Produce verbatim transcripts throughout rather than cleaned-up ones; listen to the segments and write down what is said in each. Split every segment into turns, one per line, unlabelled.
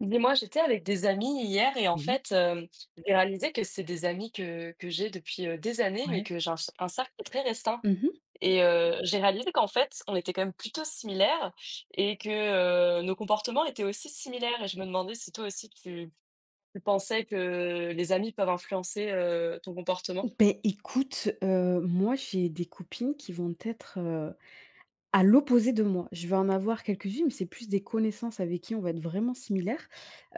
Dis-moi, j'étais avec des amis hier et en
Oui,
fait, euh, j'ai réalisé que c'est des amis que, que j'ai depuis euh, des années, mais
ouais.
que j'ai un, un cercle très restreint.
Mmh mh.
Et euh, j'ai réalisé qu'en fait, on était quand même plutôt similaires et que euh, nos comportements étaient aussi similaires. Et je me demandais si toi aussi tu, tu pensais que les amis peuvent influencer euh, ton comportement.
Ben, écoute, heu, moi, j'ai des copines qui vont être, heu, à l'opposé de moi. Je vais en avoir quelques-unes, mais c'est plus des connaissances avec qui on va être vraiment similaires,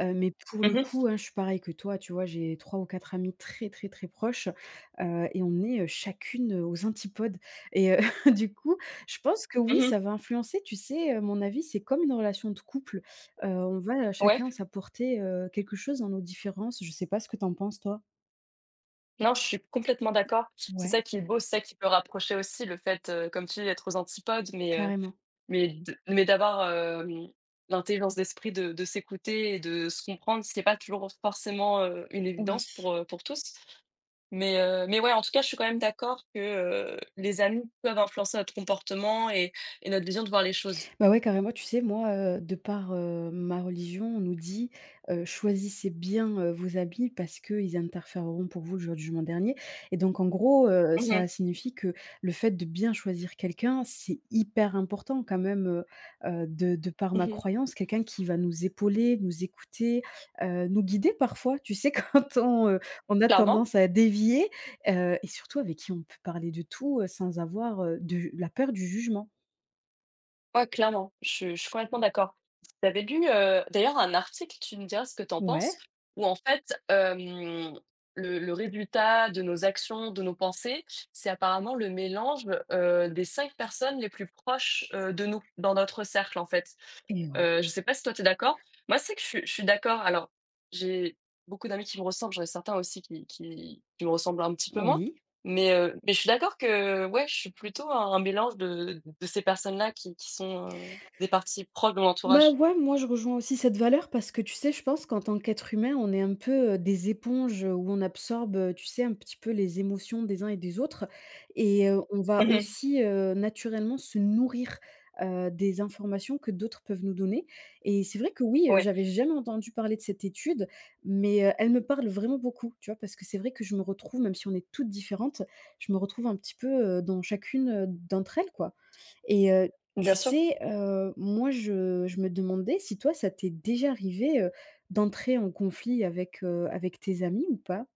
heu, mais pour le
Mhm,
coup, hein, je suis pareille que toi, tu vois? J'ai trois ou quatre amies très, très, très proches, heu, et on est, heu, chacune, heu, aux antipodes et heu, du coup, je pense que oui,
mhm.
ça va influencer, tu sais? Heu, mon avis, c'est comme une relation de couple, heu, on va euh,
Ouais,
chacun s'apporter, heu, quelque chose dans nos différences. Je sais pas ce que t'en penses, toi?
non, je suis complètement d'accord. C'est
Ouais.
ça qui est beau, c'est ça qui peut rapprocher aussi le fait, euh, comme tu dis, d'être aux antipodes, mais euh,
Carrément,
Mais d mais d'avoir, hem, l'intelligence d'esprit de de s'écouter et de se comprendre, ce qui est pas toujours forcément, heu, une évidence
oui.
pour, heu, pour tous. Mais, heu, mais ouais, en tout cas, je suis quand même d'accord que, heu, les amis peuvent influencer notre comportement et et notre vision de voir les choses.
Bah, ouais, carrément, tu sais, moi, heu, de par, heu, ma religion, on nous dit, heu: «Choisissez bien, heu, vos habits parce qu'ils interféreront pour vous le jour du jugement dernier» et donc en gros, heu,
Mmh
ça
mh.
signifie que le fait de bien choisir quelqu'un, c'est hyper important quand même, heu heu, de de par ma
Mmh.
croyance, quelqu'un qui va nous épauler, nous écouter, heu, nous guider parfois, tu sais, quand on, heu, on a
Clairement.
tendance à dévier, heu et surtout avec qui on peut parler de tout, heu, sans avoir, heu, de la peur du jugement.
Ouais, clairement, je je suis complètement d'accord. J'avais lu, heu, d'ailleurs un article, tu me diras ce que tu en
Ouais.
penses, où en fait, hem, le le résultat de nos actions, de nos pensées, c'est apparemment le mélange, heu, des cinq personnes les plus proches, heu, de nous, dans notre cercle en fait.
Et ouais.
Heu, je sais pas si toi tu es d'accord? Moi, c'est que je suis je suis d'accord. Alors, j'ai beaucoup d'amis qui me ressemblent, j'en ai certains aussi qui qui qui me ressemblent un petit peu moins.
Oui.
Mais, heu, mais je suis d'accord que, ouais, je suis plutôt un un mélange de de ces personnes-là qui qui sont, heu, des parties proches de mon
Bah,
entourage.
ouais, moi je rejoins aussi cette valeur parce que tu sais, je pense qu'en tant qu'être humain, on est un peu, heu, des éponges, où on absorbe, heu, tu sais, un petit peu les émotions des uns et des autres et heu, on va
Mmh.
aussi, heu, naturellement se nourrir, heu, des informations que d'autres peuvent nous donner et c'est vrai que oui, heu,
Ouais,
j'avais jamais entendu parler de cette étude, mais heu, elle me parle vraiment beaucoup, tu vois? Parce que c'est vrai que je me retrouve, même si on est toutes différentes, je me retrouve un petit peu, heu, dans chacune, heu, d'entre elles, quoi. Et heu,
bien
tu
sûr.
sais, heu, moi je je me demandais si toi ça t'est déjà arrivé, heu, d'entrer en conflit avec, heu, avec tes amis ou pas?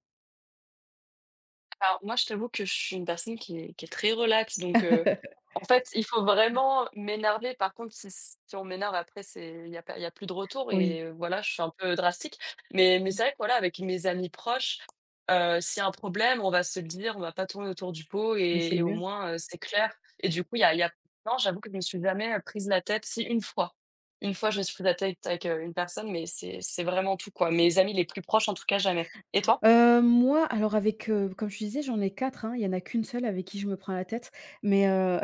Alors moi, je t'avoue que je suis une personne qui est qui est très relax, donc heu, en fait, il faut vraiment m'énerver. Par contre, si si on m'énerve après, c'est il y a pas y a plus de retour
Oui.
et euh, voilà, je suis un peu drastique. Mais mais
Mmh.
c'est vrai que voilà, avec mes amis proches, heu, s'il y a un problème, on va se le dire, on va pas tourner autour du pot
Oui, c'est
et et
le
au
mieux.
moins, heu, c'est clair et du coup, il y a y a non, j'avoue que je me suis jamais, heu, prise la tête. Si, une fois. Une fois, je me suis prise la tête avec, heu, une personne, mais c'est c'est vraiment tout, quoi. Mes amis les plus proches, en tout cas, jamais. Et toi?
Heu, moi alors avec, heu, comme je te disais, j'en ai quatre, hein, il y en a qu'une seule avec qui je me prends la tête, mais heu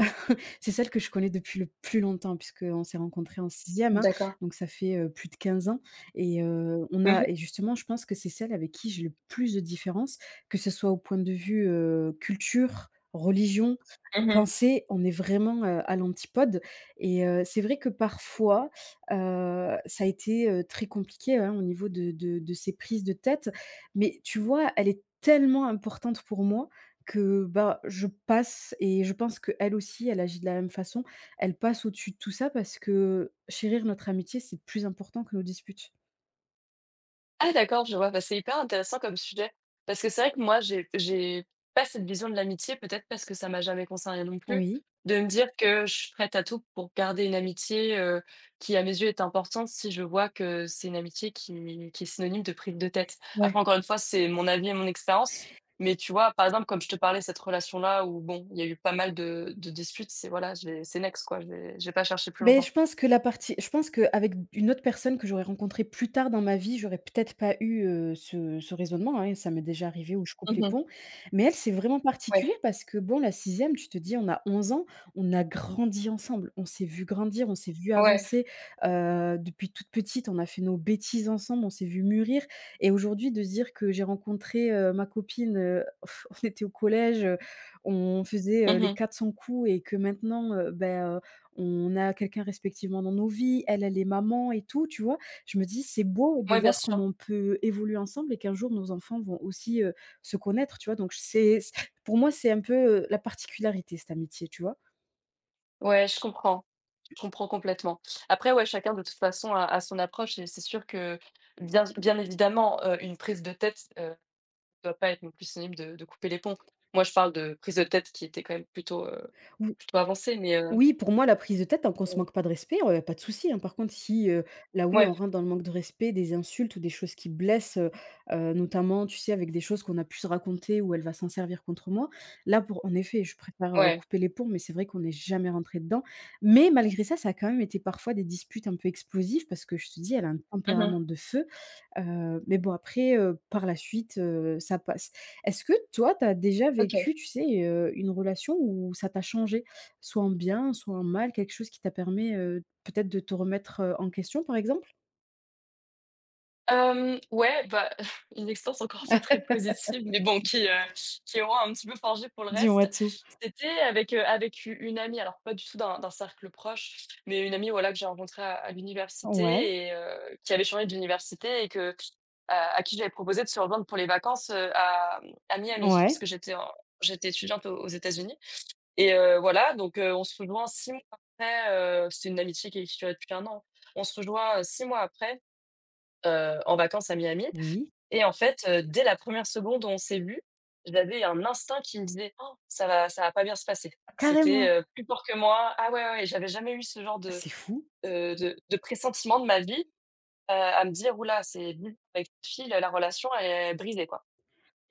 c'est celle que je connais depuis le plus longtemps puisqu'on s'est rencontrés en sixième, hein,
D'accord.
donc ça fait, heu, plus de quinze ans et heu, on
Mmh mh.
a et justement je pense que c'est celle avec qui j'ai le plus de différences, que ce soit au point de vue, heu, culture, religion,
Mmh.
penser. On est vraiment, heu, à l'antipode et heu, c'est vrai que parfois, heu, ça a été, heu, très compliqué, hein, au niveau de de de ces prises de tête. Mais tu vois, elle est tellement importante pour moi que, bah, je passe et je pense qu'elle aussi, elle agit de la même façon. Elle passe au-dessus de tout ça parce que chérir notre amitié, c'est plus important que nos disputes.
Ah d'accord, je vois, bah, c'est hyper intéressant comme sujet. Parce que c'est vrai que moi, j'ai j'ai pas cette vision de l'amitié, peut-être parce que ça m'a jamais concerné non plus,
Oui.
de me dire que je suis prête à tout pour garder une amitié, heu, qui à mes yeux est importante si je vois que c'est une amitié qui qui est synonyme de prise de tête. Après
Ouais.
encore une fois, c'est mon avis et mon expérience, mais tu vois, par exemple, comme je te parlais, cette relation-là où bon, il y a eu pas mal de de disputes, c'est voilà, j'ai c'est next quoi, j'ai j'ai pas cherché plus
Ben je
longtemps.
pense que la partie je pense qu'avec une autre personne que j'aurais rencontrée plus tard dans ma vie, j'aurais peut-être pas eu, heu, ce ce raisonnement, hein. Ça m'est déjà arrivé où je coupe les
Mmh.
ponts, mais elle, c'est vraiment particulier
Ouais,
parce que bon, la sixième, tu te dis: «On a onze ans, on a grandi ensemble, on s'est vu grandir, on s'est vu
ouais.
avancer, heu, depuis toute petite, on a fait nos bêtises ensemble, on s'est vu mûrir». Et aujourd'hui de se dire que j'ai rencontré, heu, ma copine, heu, on était au collège, heu, on faisait, heu, les
Mmh.
quatre cents coups et que maintenant, heu, ben, on a quelqu'un respectivement dans nos vies, elle, elle est maman et tout, tu vois? Je me dis: «C'est beau de
Ouais, bien
voir
sûr.
comment on peut évoluer ensemble et qu'un jour nos enfants vont aussi, heu, se connaître», tu vois? Donc c'est c pour moi, c'est un peu, heu, la particularité, cette amitié, tu vois?
Ouais, je comprends. Je comprends complètement. Après, ouais, chacun de toute façon a a son approche et c'est sûr que bien bien évidemment, heu, une prise de tête, heu, doit pas être non plus synonyme de de couper les ponts. Moi, je parle de prise de tête qui était quand même plutôt, heu, plutôt avancée, mais heu,
Oui, pour moi, la prise de tête, tant qu'on se manque pas de respect, heu, pas de souci, hein. Par contre, si, heu, là, oui,
ouais,
on rentre dans le manque de respect, des insultes ou des choses qui blessent, heu heu, notamment, tu sais, avec des choses qu'on a pu se raconter où elle va s'en servir contre moi. Là, pour en effet, je préfère, heu,
ouais.
couper les ponts, mais c'est vrai qu'on n'est jamais rentré dedans. Mais malgré ça, ça a quand même été parfois des disputes un peu explosives parce que je te dis, elle a un
Mmh.
tempérament de feu. Heu, mais bon, après, heu, par la suite, heu, ça passe. Est-ce que toi, tu as déjà
OK.
vécu, tu sais, heu, une relation où ça t'a changé? Soit en bien, soit en mal, quelque chose qui t'a permis, heu, peut-être de te remettre, heu, en question, par exemple?
Hem, ouais, bah, une expérience encore pas très positive, mais bon, qui, heu, qui aura un petit peu forgé pour le
Dis-moi
reste.
tout.
C'était avec, heu, avec u une amie, alors pas du tout d'un d'un cercle proche, mais une amie, voilà, que j'ai rencontrée à à
Ouais,
l'université et heu, qui avait changé d'université et que à à qui j'avais proposé de se rejoindre pour les vacances, heu, à, mmh, à Miami, parce
ouais.
que j'étais en j'étais étudiante aux aux États-Unis et heu, voilà, donc heu, on se rejoint six mois après, heu, c'était une amitié qui qui durait depuis un an. On se rejoint, heu, six mois après, heu, en vacances à Miami
Oui.
et en fait, heu, dès la première seconde où on s'est vu, j'avais un instinct qui me disait: «Oh, ça va ça va pas bien se passer». C'était,
Carrément?
heu, plus fort que moi. Ah ouais, ouais, ouais, j'avais jamais eu ce genre de,
C'est fou.
heu, de de pressentiment de ma vie, heu, à me dire: «Ouh là, c'est bizarre, avec cette fille, la relation elle est brisée, quoi».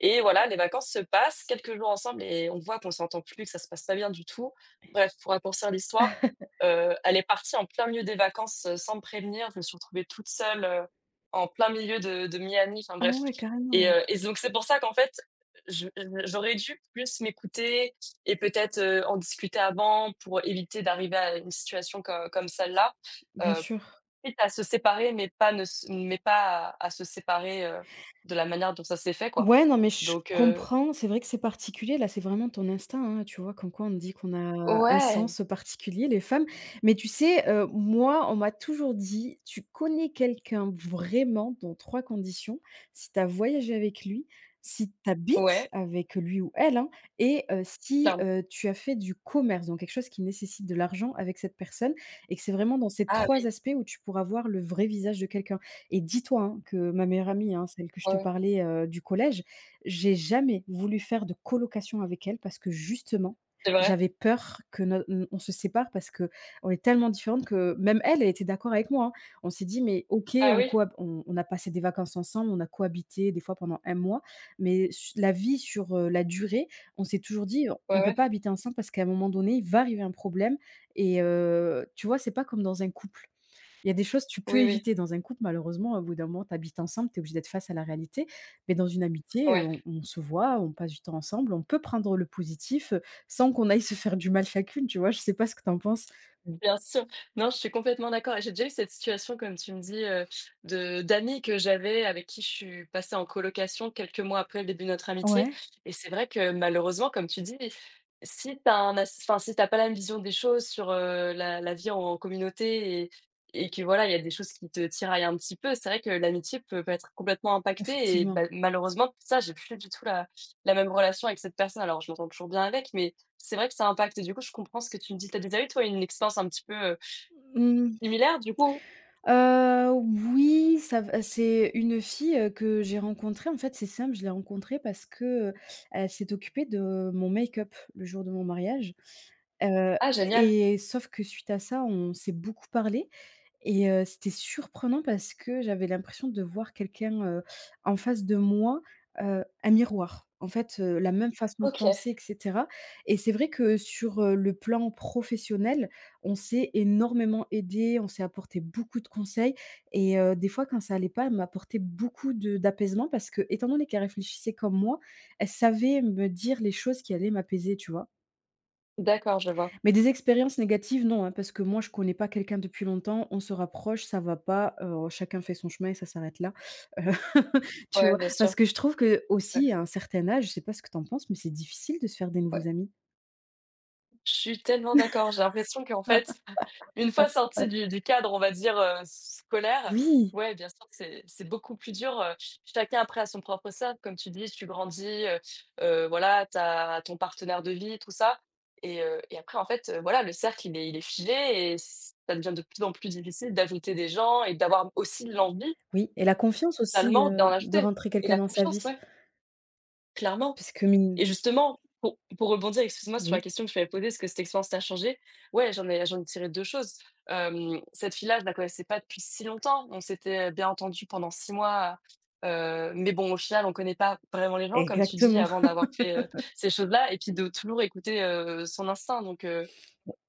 Et voilà, les vacances se passent, quelques jours ensemble et on voit qu'on s'entend plus, que ça se passe pas bien du tout. Bref, pour raccourcir l'histoire, heu, elle est partie en plein milieu des vacances, heu, sans me prévenir. Je me suis retrouvée toute seule, heu, en plein milieu de de Miami, enfin
Ah
bref
ouais,
et
carrément.
heu et donc c'est pour ça qu'en fait, je je j'aurais dû plus m'écouter et peut-être, heu, en discuter avant pour éviter d'arriver à une situation co comme celle-là,
Bien
heu
sûr.
quitte à se séparer, mais pas ne s mais pas à à se séparer, heu, de la manière dont ça s'est fait, quoi.
Ouais, non, mais je
Donc heu,
comprends. C'est vrai que c'est particulier. Là, c'est vraiment ton instinct, hein. Tu vois, comme quoi on dit qu'on a un
ouais,
sens particulier, les femmes. Mais tu sais, heu, moi, on m'a toujours dit: «Tu connais quelqu'un vraiment dans trois conditions, si tu as voyagé avec lui, si tu habites
ouais,
avec lui ou elle, hein, et heu, si,
clairement.
heu, tu as fait du commerce», donc quelque chose qui nécessite de l'argent avec cette personne et que c'est vraiment dans ces
Ah
trois
oui,
aspects où tu pourras voir le vrai visage de quelqu'un. Et dis-toi, hein, que ma meilleure amie, hein, celle que je
ouais,
te
ouais,
parlais, heu, du collège, j'ai jamais voulu faire de colocation avec elle parce que justement,
c'est vrai.
j'avais peur que no on se sépare parce qu'on est tellement différentes que même elle, elle était d'accord avec moi, hein. On s'est dit: «Mais OK,
Ah
on
oui,
cohab on on a passé des vacances ensemble, on a cohabité des fois pendant un mois, mais su la vie sur, heu, la durée, on s'est toujours dit:
ouais,
"On peut
ouais,
pas habiter ensemble parce qu'à un moment donné, il va arriver un problème" et heu, tu vois, c'est pas comme dans un couple». Il y a des choses que tu peux
oui, oui,
éviter dans un couple malheureusement au bout d'un moment tu habites ensemble, tu es obligé d'être face à la réalité. Mais dans une amitié, heu,
ouais.
on on se voit, on passe du temps ensemble, on peut prendre le positif, heu, sans qu'on aille se faire du mal chacune, tu vois? Je sais pas ce que tu en penses?
Bien sûr. Non, je suis complètement d'accord et j'ai déjà eu cette situation comme tu me dis, heu, de d'amis que j'avais avec qui je suis passée en colocation quelques mois après le début de notre amitié
Ouais.
et c'est vrai que malheureusement, comme tu dis, si t'as un as enfin, si t'as pas la même vision des choses sur, heu, la la vie en en communauté et et que voilà, il y a des choses qui te tiraillent un petit peu, c'est vrai que l'amitié peut peut être complètement impactée et
Effectivement.
bah, malheureusement, ça, j'ai plus du tout la la même relation avec cette personne. Alors je m'entends toujours bien avec, mais c'est vrai que ça impacte du coup, je comprends ce que tu me dis. Tu as déjà eu, toi, une expérience un petit peu, heu,
Mmh,
similaire du coup?
heu, oui, ça va c'est une fille, heu, que j'ai rencontrée, en fait, c'est simple, je l'ai rencontrée parce que, heu, elle s'est occupée de mon make-up le jour de mon mariage, heu
Ah génial!
et sauf que suite à ça, on s'est beaucoup parlé. Et heu, c'était surprenant parce que j'avais l'impression de voir quelqu'un, heu, en face de moi, heu, un miroir. En fait, heu, la même façon de
OK,
penser et cetera, et c'est vrai que sur, heu, le plan professionnel, on s'est énormément aidé, on s'est apporté beaucoup de conseils et heu, des fois quand ça allait pas, elle m'apportait beaucoup de d'apaisement parce que étant donné qu'elle réfléchissait comme moi, elle savait me dire les choses qui allaient m'apaiser, tu vois?
d'accord, je vois.
Mais des expériences négatives, non, hein, parce que moi, je connais pas quelqu'un depuis longtemps, on se rapproche, ça va pas, heu, chacun fait son chemin et ça s'arrête là. Heu, tu
Ouais,
vois?
bien
Parce
sûr.
que je trouve que
Ouais,
aussi, à un certain âge, je sais pas ce que tu en penses, mais c'est difficile de se faire des nouveaux
ouais.
amis.
Je suis tellement d'accord. J'ai l'impression qu'en fait, une fois sorti du du cadre, on va dire, heu, scolaire,
Oui,
ouais, bien sûr, c'est c'est beaucoup plus dur, heu, chacun après a son propre cercle, comme tu dis, tu grandis, heu heu, voilà, tu as ton partenaire de vie, tout ça et heu et après en fait, heu, voilà, le cercle il est il est figé et c ça devient de plus en plus difficile d'ajouter des gens et d'avoir aussi l'envie
oui et la confiance aussi
finalement
de
d'en
de
ajouter
rentrer
et
quelqu'un
la
dans sa
confiance,
vie,
ouais, clairement.
parce que mine
Et justement, pour pour rebondir, excuse-moi, sur la
oui,
question que tu m'avais posée, est-ce que cette expérience t'a changé? Ouais, j'en ai j'en ai tiré deux choses. Hem, cette fille-là, je la connaissais pas depuis si longtemps. On s'était bien entendu pendant six mois, heu, mais bon, au final, on connaît pas vraiment les gens, comme tu dis,
exactement.
avant d'avoir fait, heu, ces choses-là et puis de toujours écouter, heu, son instinct donc heu,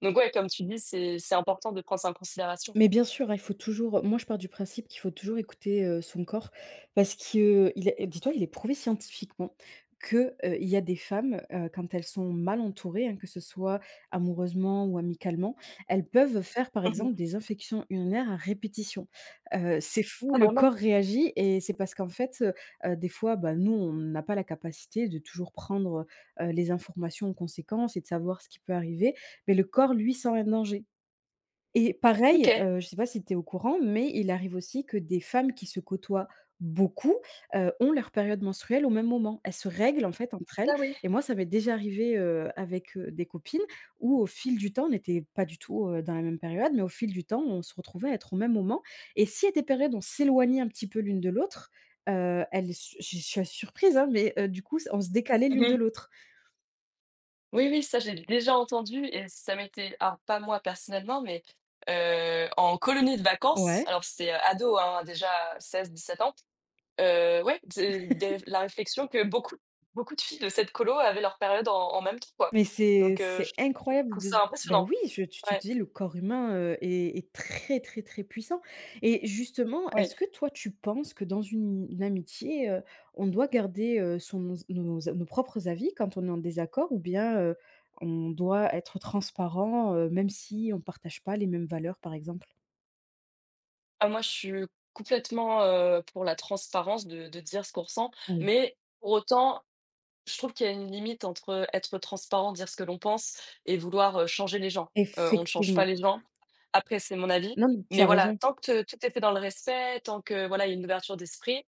donc ouais, comme tu dis, c'est c'est important de prendre ça en considération.
Mais bien sûr, hein, il faut toujours moi je pars du principe qu'il faut toujours écouter, heu, son corps parce que, il est dis-toi, il est prouvé scientifiquement que, heu, il y a des femmes, heu, quand elles sont mal entourées, hein, que ce soit amoureusement ou amicalement, elles peuvent faire, par
Mmh.
exemple, des infections urinaires à répétition. Heu, c'est fou,
Ah
le
vraiment?
corps réagit et c'est parce qu'en fait, heu heu, des fois, bah, nous, on n'a pas la capacité de toujours prendre, heu les informations en conséquence et de savoir ce qui peut arriver, mais le corps, lui, sent un danger et pareil,
OK.
heu, je sais pas si tu es au courant, mais il arrive aussi que des femmes qui se côtoient beaucoup, heu, ont leur période menstruelle au même moment. Elles se règlent en fait entre elles
Ah oui.
et moi ça m'est déjà arrivé, heu, avec, heu, des copines où au fil du temps, on n'était pas du tout, heu, dans la même période, mais au fil du temps, on se retrouvait à être au même moment et si y a des périodes où on s'éloignait un petit peu l'une de l'autre, heu, elles s je suis surprise, hein, mais heu, du coup, on se décalait l'une de
Mmh.
l'autre.
Oui, oui, ça, j'ai déjà entendu et ça m'était alors pas moi personnellement, mais heu, en colonie de vacances,
Ouais.
alors c'était, heu, ado, hein, déjà seize dix-sept ans, heu, ouais, de des la réflexion que beaucoup beaucoup de filles de cette colo avaient leur période en en même temps, quoi.
Mais c'est
Donc heu,
c'est
je
incroyable
trouve
de s
ça
bah,
impressionnant.
oui, je tu tu te
Ouais,
dis le corps humain, heu, est est très, très, très puissant et justement,
oui.
est-ce que toi, tu penses que dans une une amitié, heu, on doit garder, heu, son nos nos propres avis quand on est en désaccord ou bien, heu, on doit être transparent, heu, même si on ne partage pas les mêmes valeurs, par exemple?
Ah moi, je suis complètement, heu, pour la transparence de de dire ce qu'on ressent,
Oui.
mais pour autant, je trouve qu'il y a une limite entre être transparent, dire ce que l'on pense et vouloir, heu, changer les gens. Heu, on ne change pas
Effectivement.
les gens. Après, c'est mon avis,
Non, mais tu
mais
as
voilà,
raison.
tant que tout est fait dans le respect, tant que voilà, il y a une ouverture d'esprit,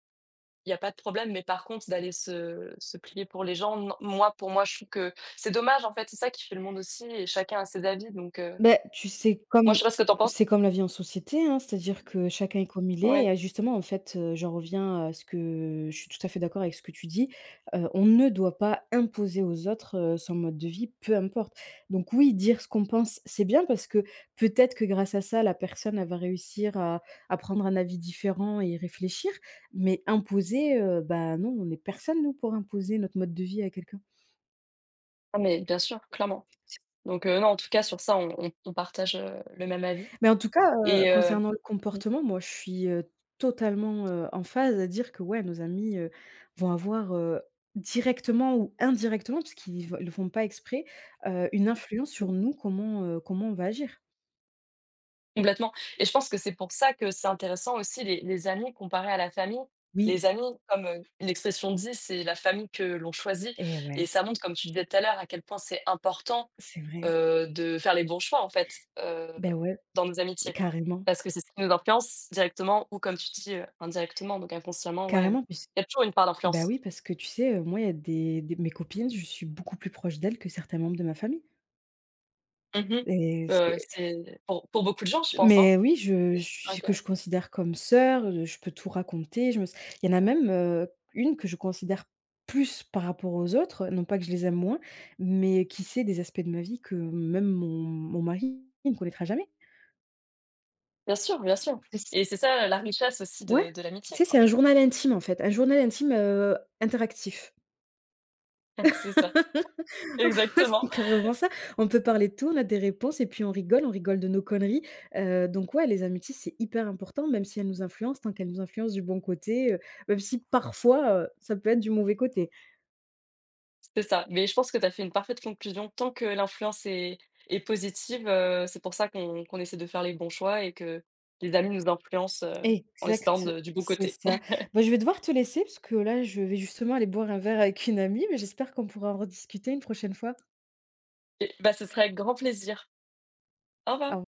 il n'y a pas de problème, mais par contre d'aller se se plier pour les gens, non. Moi, pour moi, je trouve que c'est dommage, en fait, c'est ça qui fait le monde aussi et chacun a ses avis donc heu,
Beh, tu sais,
moi,
comme
je sais pas ce que t'en penses?
c'est comme la vie en société, hein, c'est-à-dire que chacun est comme il
Ouais.
est et justement, en fait, heu, j'en reviens à ce que je suis tout à fait d'accord avec ce que tu dis. Heu, on ne doit pas imposer aux autres, heu, son mode de vie, peu importe. Donc oui, dire ce qu'on pense, c'est bien parce que peut-être que grâce à ça, la personne, elle va réussir à à prendre un avis différent et y réfléchir. Mais imposer, heu, bah, non, on est personne, nous, pour imposer notre mode de vie à quelqu'un.
Ah mais bien sûr, clairement donc heu, non, en tout cas, sur ça, on on on partage, heu, le même avis
Mais en tout cas, heu,
et heu,
concernant le comportement, moi, je suis, heu, totalement, heu, en phase à dire que, ouais, nos amis, heu, vont avoir, heu, directement ou indirectement, puisqu'ils v le font pas exprès, heu, une influence sur nous, comment, heu, comment on va agir.
Complètement et je pense que c'est pour ça que c'est intéressant aussi les les amis comparés à la famille.
Oui.
Les amis, comme, heu, l'expression dit, c'est la famille que l'on choisit
Et
et
ouais,
ça montre, comme tu disais tout à l'heure, à quel point c'est important,
c'est vrai.
heu, de faire les bons choix, en fait, heu,
Ben ouais,
dans nos amitiés.
carrément,
Parce que c'est ce qui nous influence directement ou comme tu dis, heu, indirectement, donc inconsciemment, ouais,
carrément puisq
il y a toujours une part
bah,
d'influence.
oui, parce que tu sais, heu, moi, il y a des des mes copines, je suis beaucoup plus proche d'elles que certains membres de ma famille
Mmh
et
mh.
c'est
C'est pour pour beaucoup de gens, je pense, hein
mais oui, je
et c'est vrai
je
que-
que je considère comme sœur, heu, je peux tout raconter, je me s il y en a même, heu, une que je considère plus par rapport aux autres, non pas que je les aime moins, mais qui sait des aspects de ma vie que même mon mon mari ne connaîtra jamais.
bien sûr, bien sûr
C'est
et c'est ça la richesse aussi
Ouais,
de de
tu
l'amitié,
sais, c'est
quoi.
un journal intime, en fait, un journal intime, heu, interactif.
C'est ça.
Ouais,
Exactement,
c'est carrément ça. On peut parler de tout, on a des réponses et puis on rigole, on rigole de nos conneries. Heu, donc ouais, les amitiés, c'est hyper important, même si elles nous influencent, tant qu'elles nous influencent du bon côté, heu, même si parfois, heu, ça peut être du mauvais côté.
c'est ça. Mais je pense que tu as fait une parfaite conclusion. Tant que l'influence est est positive, heu, c'est pour ça qu'on qu'on essaie de faire les bons choix et que les amis nous influencent, heu, en essayant
Exact,
de du bon
c'est
côté.
ça. Bah, je vais devoir te laisser parce que là, je vais justement aller boire un verre avec une amie, mais j'espère qu'on pourra en rediscuter une prochaine fois.
Et bah, ce serait avec grand plaisir. Au revoir.
Au